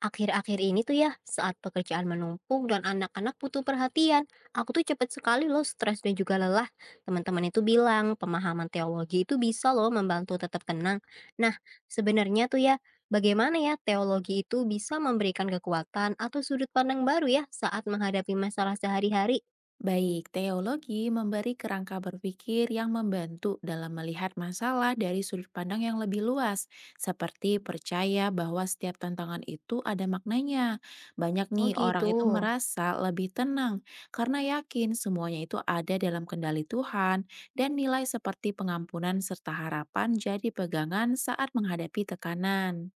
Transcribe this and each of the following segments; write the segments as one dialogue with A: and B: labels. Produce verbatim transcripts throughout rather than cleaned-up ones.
A: Akhir-akhir ini tuh ya, saat pekerjaan menumpuk dan anak-anak butuh perhatian, aku tuh cepet sekali loh stres dan juga lelah. Teman-teman itu bilang pemahaman teologi itu bisa loh membantu tetap tenang. Nah, sebenarnya tuh ya, bagaimana ya teologi itu bisa memberikan kekuatan atau sudut pandang baru ya saat menghadapi masalah sehari-hari?
B: Baik, teologi memberi kerangka berpikir yang membantu dalam melihat masalah dari sudut pandang yang lebih luas, seperti percaya bahwa setiap tantangan itu ada maknanya. Banyak
A: Oh
B: nih orang
A: gitu.
B: itu merasa lebih tenang karena yakin semuanya itu ada dalam kendali Tuhan dan nilai seperti pengampunan serta harapan jadi pegangan saat menghadapi tekanan.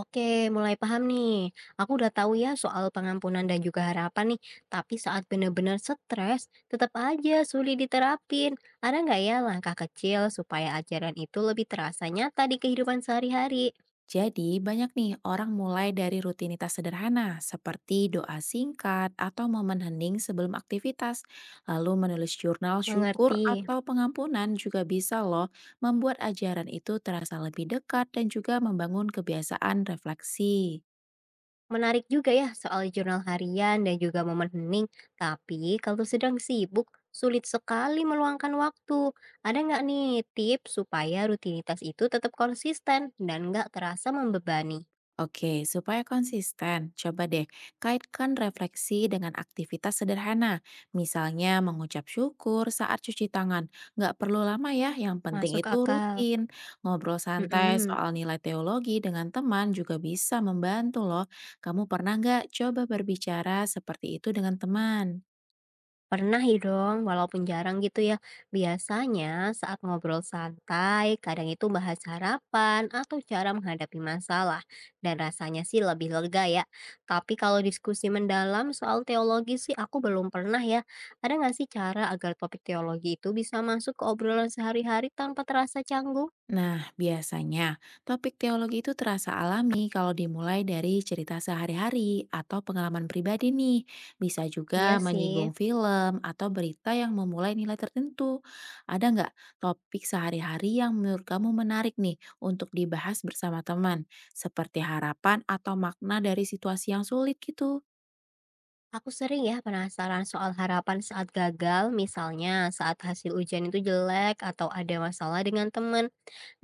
A: Oke, mulai paham nih. Aku udah tahu ya soal pengampunan dan juga harapan nih. Tapi saat benar-benar stres, tetap aja sulit diterapin. Ada nggak ya langkah kecil supaya ajaran itu lebih terasa nyata di kehidupan sehari-hari?
B: Jadi, banyak nih orang mulai dari rutinitas sederhana seperti doa singkat atau momen hening sebelum aktivitas, lalu menulis jurnal syukur
A: Mengerti.
B: atau pengampunan juga bisa loh membuat ajaran itu terasa lebih dekat dan juga membangun kebiasaan refleksi.
A: Menarik juga ya soal jurnal harian dan juga momen hening. Tapi kalau sedang sibuk, sulit sekali meluangkan waktu. Ada nggak nih tips supaya rutinitas itu tetap konsisten dan nggak terasa membebani?
B: Oke, supaya konsisten, coba deh kaitkan refleksi dengan aktivitas sederhana. Misalnya mengucap syukur saat cuci tangan. Nggak perlu lama ya, yang penting
A: Masuk
B: itu
A: akal.
B: rutin. Ngobrol santai
A: Mhm,
B: soal nilai teologi dengan teman juga bisa membantu loh. Kamu pernah nggak coba berbicara seperti itu dengan teman?
A: pernah ya dong, walaupun jarang gitu ya. Biasanya saat ngobrol santai, kadang itu bahas harapan atau cara menghadapi masalah. Dan rasanya sih lebih lega ya. Tapi kalau diskusi mendalam soal teologi sih aku belum pernah ya. Ada nggak sih cara agar topik teologi itu bisa masuk ke obrolan sehari-hari tanpa terasa canggung?
B: Nah, biasanya topik teologi itu terasa alami kalau dimulai dari cerita sehari-hari atau pengalaman pribadi nih. Bisa
A: Iya
B: juga
A: sih.
B: menyinggung film atau berita yang memulai nilai tertentu. Ada nggak topik sehari-hari yang menurut kamu menarik nih untuk dibahas bersama teman? Seperti harapan atau makna dari situasi yang sulit gitu.
A: Aku sering ya penasaran soal harapan saat gagal, misalnya saat hasil ujian itu jelek atau ada masalah dengan teman.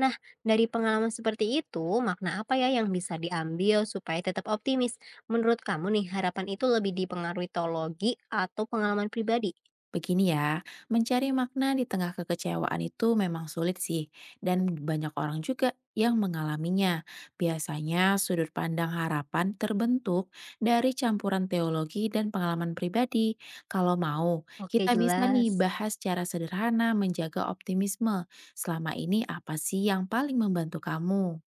A: Nah, dari pengalaman seperti itu, makna apa ya yang bisa diambil supaya tetap optimis? Menurut kamu nih, harapan itu lebih dipengaruhi teologi atau pengalaman pribadi?
B: Begini ya, mencari makna di tengah kekecewaan itu memang sulit sih, dan banyak orang juga yang mengalaminya. Biasanya sudut pandang harapan terbentuk dari campuran teologi dan pengalaman pribadi. Kalau mau,
A: Oke,
B: kita bisa nih
A: jelas.
B: bahas cara sederhana menjaga optimisme. Selama ini apa sih yang paling membantu kamu?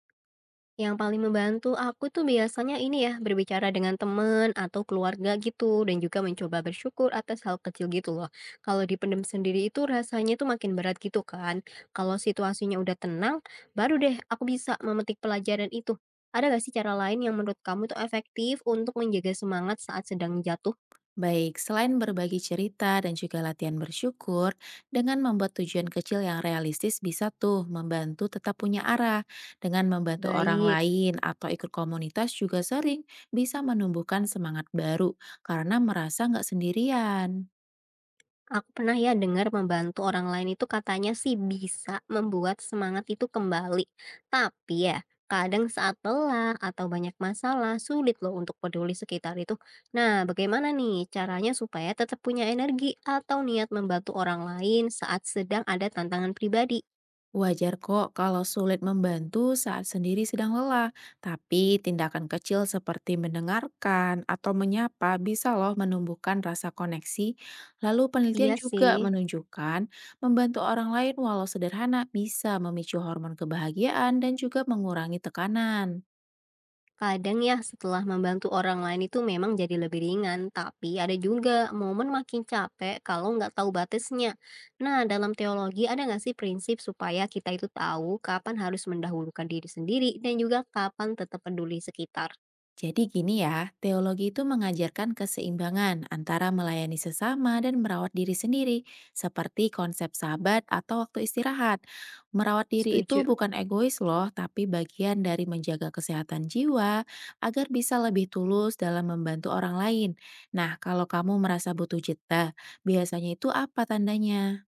A: Yang paling membantu aku tuh biasanya ini ya, berbicara dengan teman atau keluarga gitu, dan juga mencoba bersyukur atas hal kecil gitu loh. Kalau dipendam sendiri itu rasanya tuh makin berat gitu kan. Kalau situasinya udah tenang, baru deh aku bisa memetik pelajaran itu. Ada gak sih cara lain yang menurut kamu tuh efektif untuk menjaga semangat saat sedang jatuh?
B: Baik, selain berbagi cerita dan juga latihan bersyukur, dengan membuat tujuan kecil yang realistis bisa tuh membantu tetap punya arah. Dengan membantu orang
A: Baik.
B: lain atau ikut komunitas juga sering bisa menumbuhkan semangat baru karena merasa nggak sendirian.
A: Aku pernah ya dengar membantu orang lain itu katanya sih bisa membuat semangat itu kembali. Tapi ya, kadang saat lelah atau banyak masalah sulit loh untuk peduli sekitar itu. Nah, bagaimana nih caranya supaya tetap punya energi atau niat membantu orang lain saat sedang ada tantangan pribadi?
B: Wajar kok kalau sulit membantu saat sendiri sedang lelah, tapi tindakan kecil seperti mendengarkan atau menyapa bisa loh menumbuhkan rasa koneksi. Lalu penelitian
A: Iya
B: juga
A: sih.
B: menunjukkan membantu orang lain walau sederhana bisa memicu hormon kebahagiaan dan juga mengurangi tekanan.
A: Kadang ya setelah membantu orang lain itu memang jadi lebih ringan, tapi ada juga momen makin capek kalau nggak tahu batasnya. Nah, dalam teologi ada nggak sih prinsip supaya kita itu tahu kapan harus mendahulukan diri sendiri dan juga kapan tetap peduli sekitar?
B: Jadi gini ya, teologi itu mengajarkan keseimbangan antara melayani sesama dan merawat diri sendiri, seperti konsep sabat atau waktu istirahat. Merawat diri itu
A: Setuju.
B: bukan egois loh, tapi bagian dari menjaga kesehatan jiwa agar bisa lebih tulus dalam membantu orang lain. Nah, kalau kamu merasa butuh jeda, biasanya itu apa tandanya?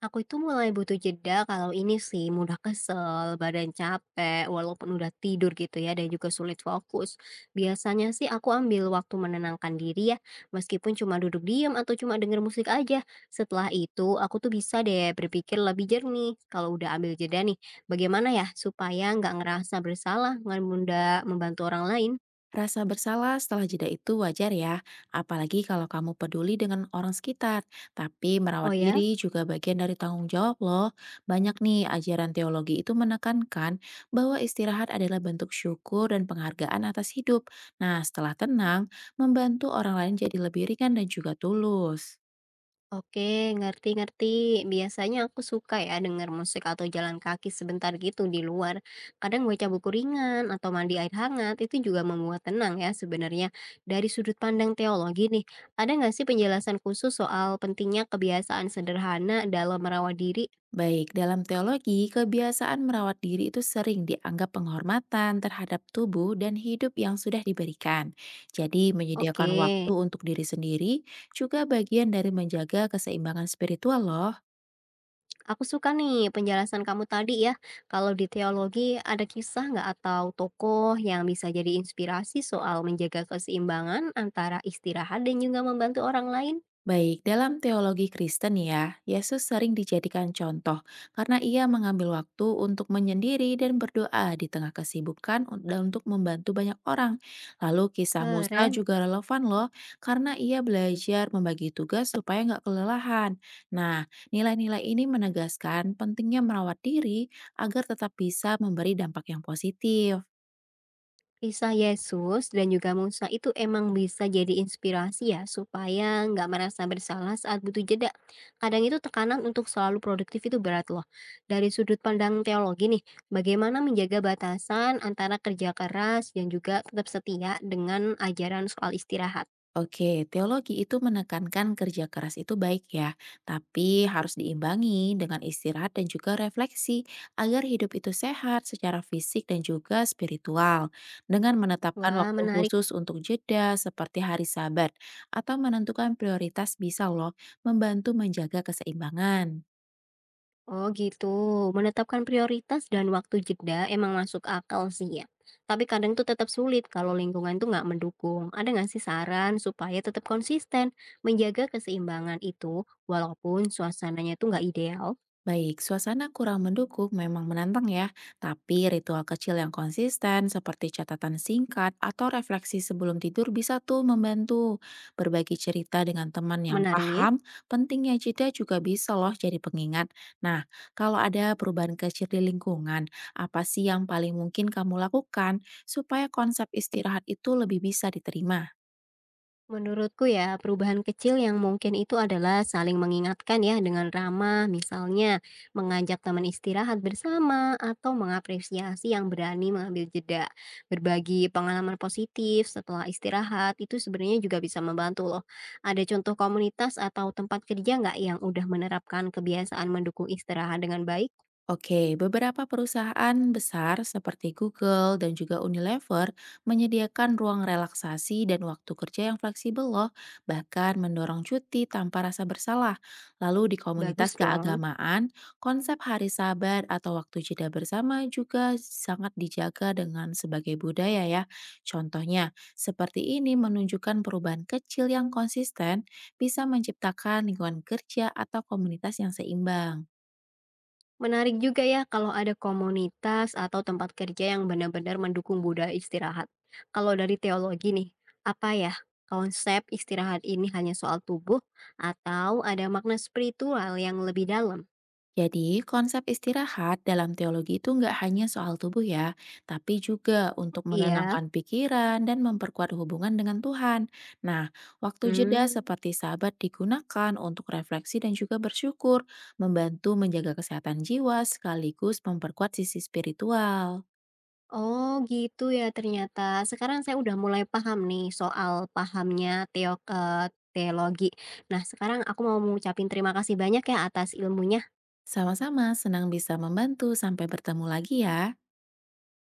A: Aku itu mulai butuh jeda kalau ini sih mudah kesel, badan capek, walaupun udah tidur gitu ya dan juga sulit fokus. Biasanya sih aku ambil waktu menenangkan diri ya, meskipun cuma duduk diam atau cuma denger musik aja. Setelah itu aku tuh bisa deh berpikir lebih jernih. Kalau udah ambil jeda nih, bagaimana ya supaya nggak ngerasa bersalah, nggak mudah membantu orang lain?
B: Rasa bersalah setelah jeda itu wajar ya, apalagi kalau kamu peduli dengan orang sekitar. Tapi
A: Oh
B: merawat
A: ya?
B: diri juga bagian dari tanggung jawab loh. Banyak nih ajaran teologi itu menekankan bahwa istirahat adalah bentuk syukur dan penghargaan atas hidup. Nah, setelah tenang, membantu orang lain jadi lebih ringan dan juga tulus.
A: Oke, ngerti-ngerti. Biasanya aku suka ya denger musik atau jalan kaki sebentar gitu di luar. Kadang baca buku ringan atau mandi air hangat itu juga membuat tenang ya sebenarnya. Dari sudut pandang teologi nih, ada nggak sih penjelasan khusus soal pentingnya kebiasaan sederhana dalam merawat diri?
B: Baik, dalam teologi, kebiasaan merawat diri itu sering dianggap penghormatan terhadap tubuh dan hidup yang sudah diberikan. Jadi, menyediakan
A: Oke.
B: waktu untuk diri sendiri juga bagian dari menjaga keseimbangan spiritual loh.
A: Aku suka nih penjelasan kamu tadi ya. Kalau di teologi ada kisah nggak atau tokoh yang bisa jadi inspirasi soal menjaga keseimbangan antara istirahat dan juga membantu orang lain?
B: Baik, dalam teologi Kristen ya, Yesus sering dijadikan contoh karena ia mengambil waktu untuk menyendiri dan berdoa di tengah kesibukan un- dan untuk membantu banyak orang. Lalu kisah Musa
A: Keren.
B: juga relevan loh karena ia belajar membagi tugas supaya nggak kelelahan. Nah, nilai-nilai ini menegaskan pentingnya merawat diri agar tetap bisa memberi dampak yang positif.
A: Kisah Yesus dan juga Musa itu emang bisa jadi inspirasi ya supaya nggak merasa bersalah saat butuh jeda. Kadang itu tekanan untuk selalu produktif itu berat loh. Dari sudut pandang teologi nih, bagaimana menjaga batasan antara kerja keras dan juga tetap setia dengan ajaran soal istirahat?
B: Oke, teologi itu menekankan kerja keras itu baik ya, tapi harus diimbangi dengan istirahat dan juga refleksi agar hidup itu sehat secara fisik dan juga spiritual. Dengan menetapkan
A: Wah
B: waktu
A: menarik.
B: khusus untuk jeda seperti hari Sabat atau menentukan prioritas bisa loh membantu menjaga keseimbangan.
A: Oh gitu, menetapkan prioritas dan waktu jeda emang masuk akal sih ya. Tapi kadang tuh tetap sulit kalau lingkungan tuh nggak mendukung. Ada nggak sih saran supaya tetap konsisten menjaga keseimbangan itu walaupun suasananya tuh nggak ideal?
B: Baik, suasana kurang mendukung memang menantang ya, tapi ritual kecil yang konsisten seperti catatan singkat atau refleksi sebelum tidur bisa tuh membantu. Berbagi cerita dengan teman yang
A: Menarik.
B: paham, pentingnya jeda juga bisa loh jadi pengingat. Nah, kalau ada perubahan kecil di lingkungan, apa sih yang paling mungkin kamu lakukan supaya konsep istirahat itu lebih bisa diterima?
A: Menurutku ya, perubahan kecil yang mungkin itu adalah saling mengingatkan ya dengan ramah, misalnya mengajak teman istirahat bersama atau mengapresiasi yang berani mengambil jeda. Berbagi pengalaman positif setelah istirahat itu sebenarnya juga bisa membantu loh. Ada contoh komunitas atau tempat kerja nggak yang udah menerapkan kebiasaan mendukung istirahat dengan baik?
B: Oke, beberapa perusahaan besar seperti Google dan juga Unilever menyediakan ruang relaksasi dan waktu kerja yang fleksibel loh, bahkan mendorong cuti tanpa rasa bersalah. Lalu di komunitas
A: Bagus dong.
B: keagamaan, konsep hari sabar atau waktu jeda bersama juga sangat dijaga dengan sebagai budaya ya. Contohnya, seperti ini menunjukkan perubahan kecil yang konsisten bisa menciptakan lingkungan kerja atau komunitas yang seimbang.
A: Menarik juga ya kalau ada komunitas atau tempat kerja yang benar-benar mendukung budaya istirahat. Kalau dari teologi nih, apa ya konsep istirahat ini hanya soal tubuh atau ada makna spiritual yang lebih dalam?
B: Jadi, konsep istirahat dalam teologi itu nggak hanya soal tubuh ya, tapi juga untuk
A: Iya.
B: menenangkan pikiran dan memperkuat hubungan dengan Tuhan. Nah, waktu jeda
A: Hmm.
B: seperti sabat digunakan untuk refleksi dan juga bersyukur, membantu menjaga kesehatan jiwa sekaligus memperkuat sisi spiritual.
A: Oh gitu ya ternyata. Sekarang saya udah mulai paham nih soal pahamnya teo- eh, teologi. Nah sekarang aku mau mengucapin terima kasih banyak ya atas ilmunya.
B: Sama-sama, senang bisa membantu. Sampai bertemu lagi ya.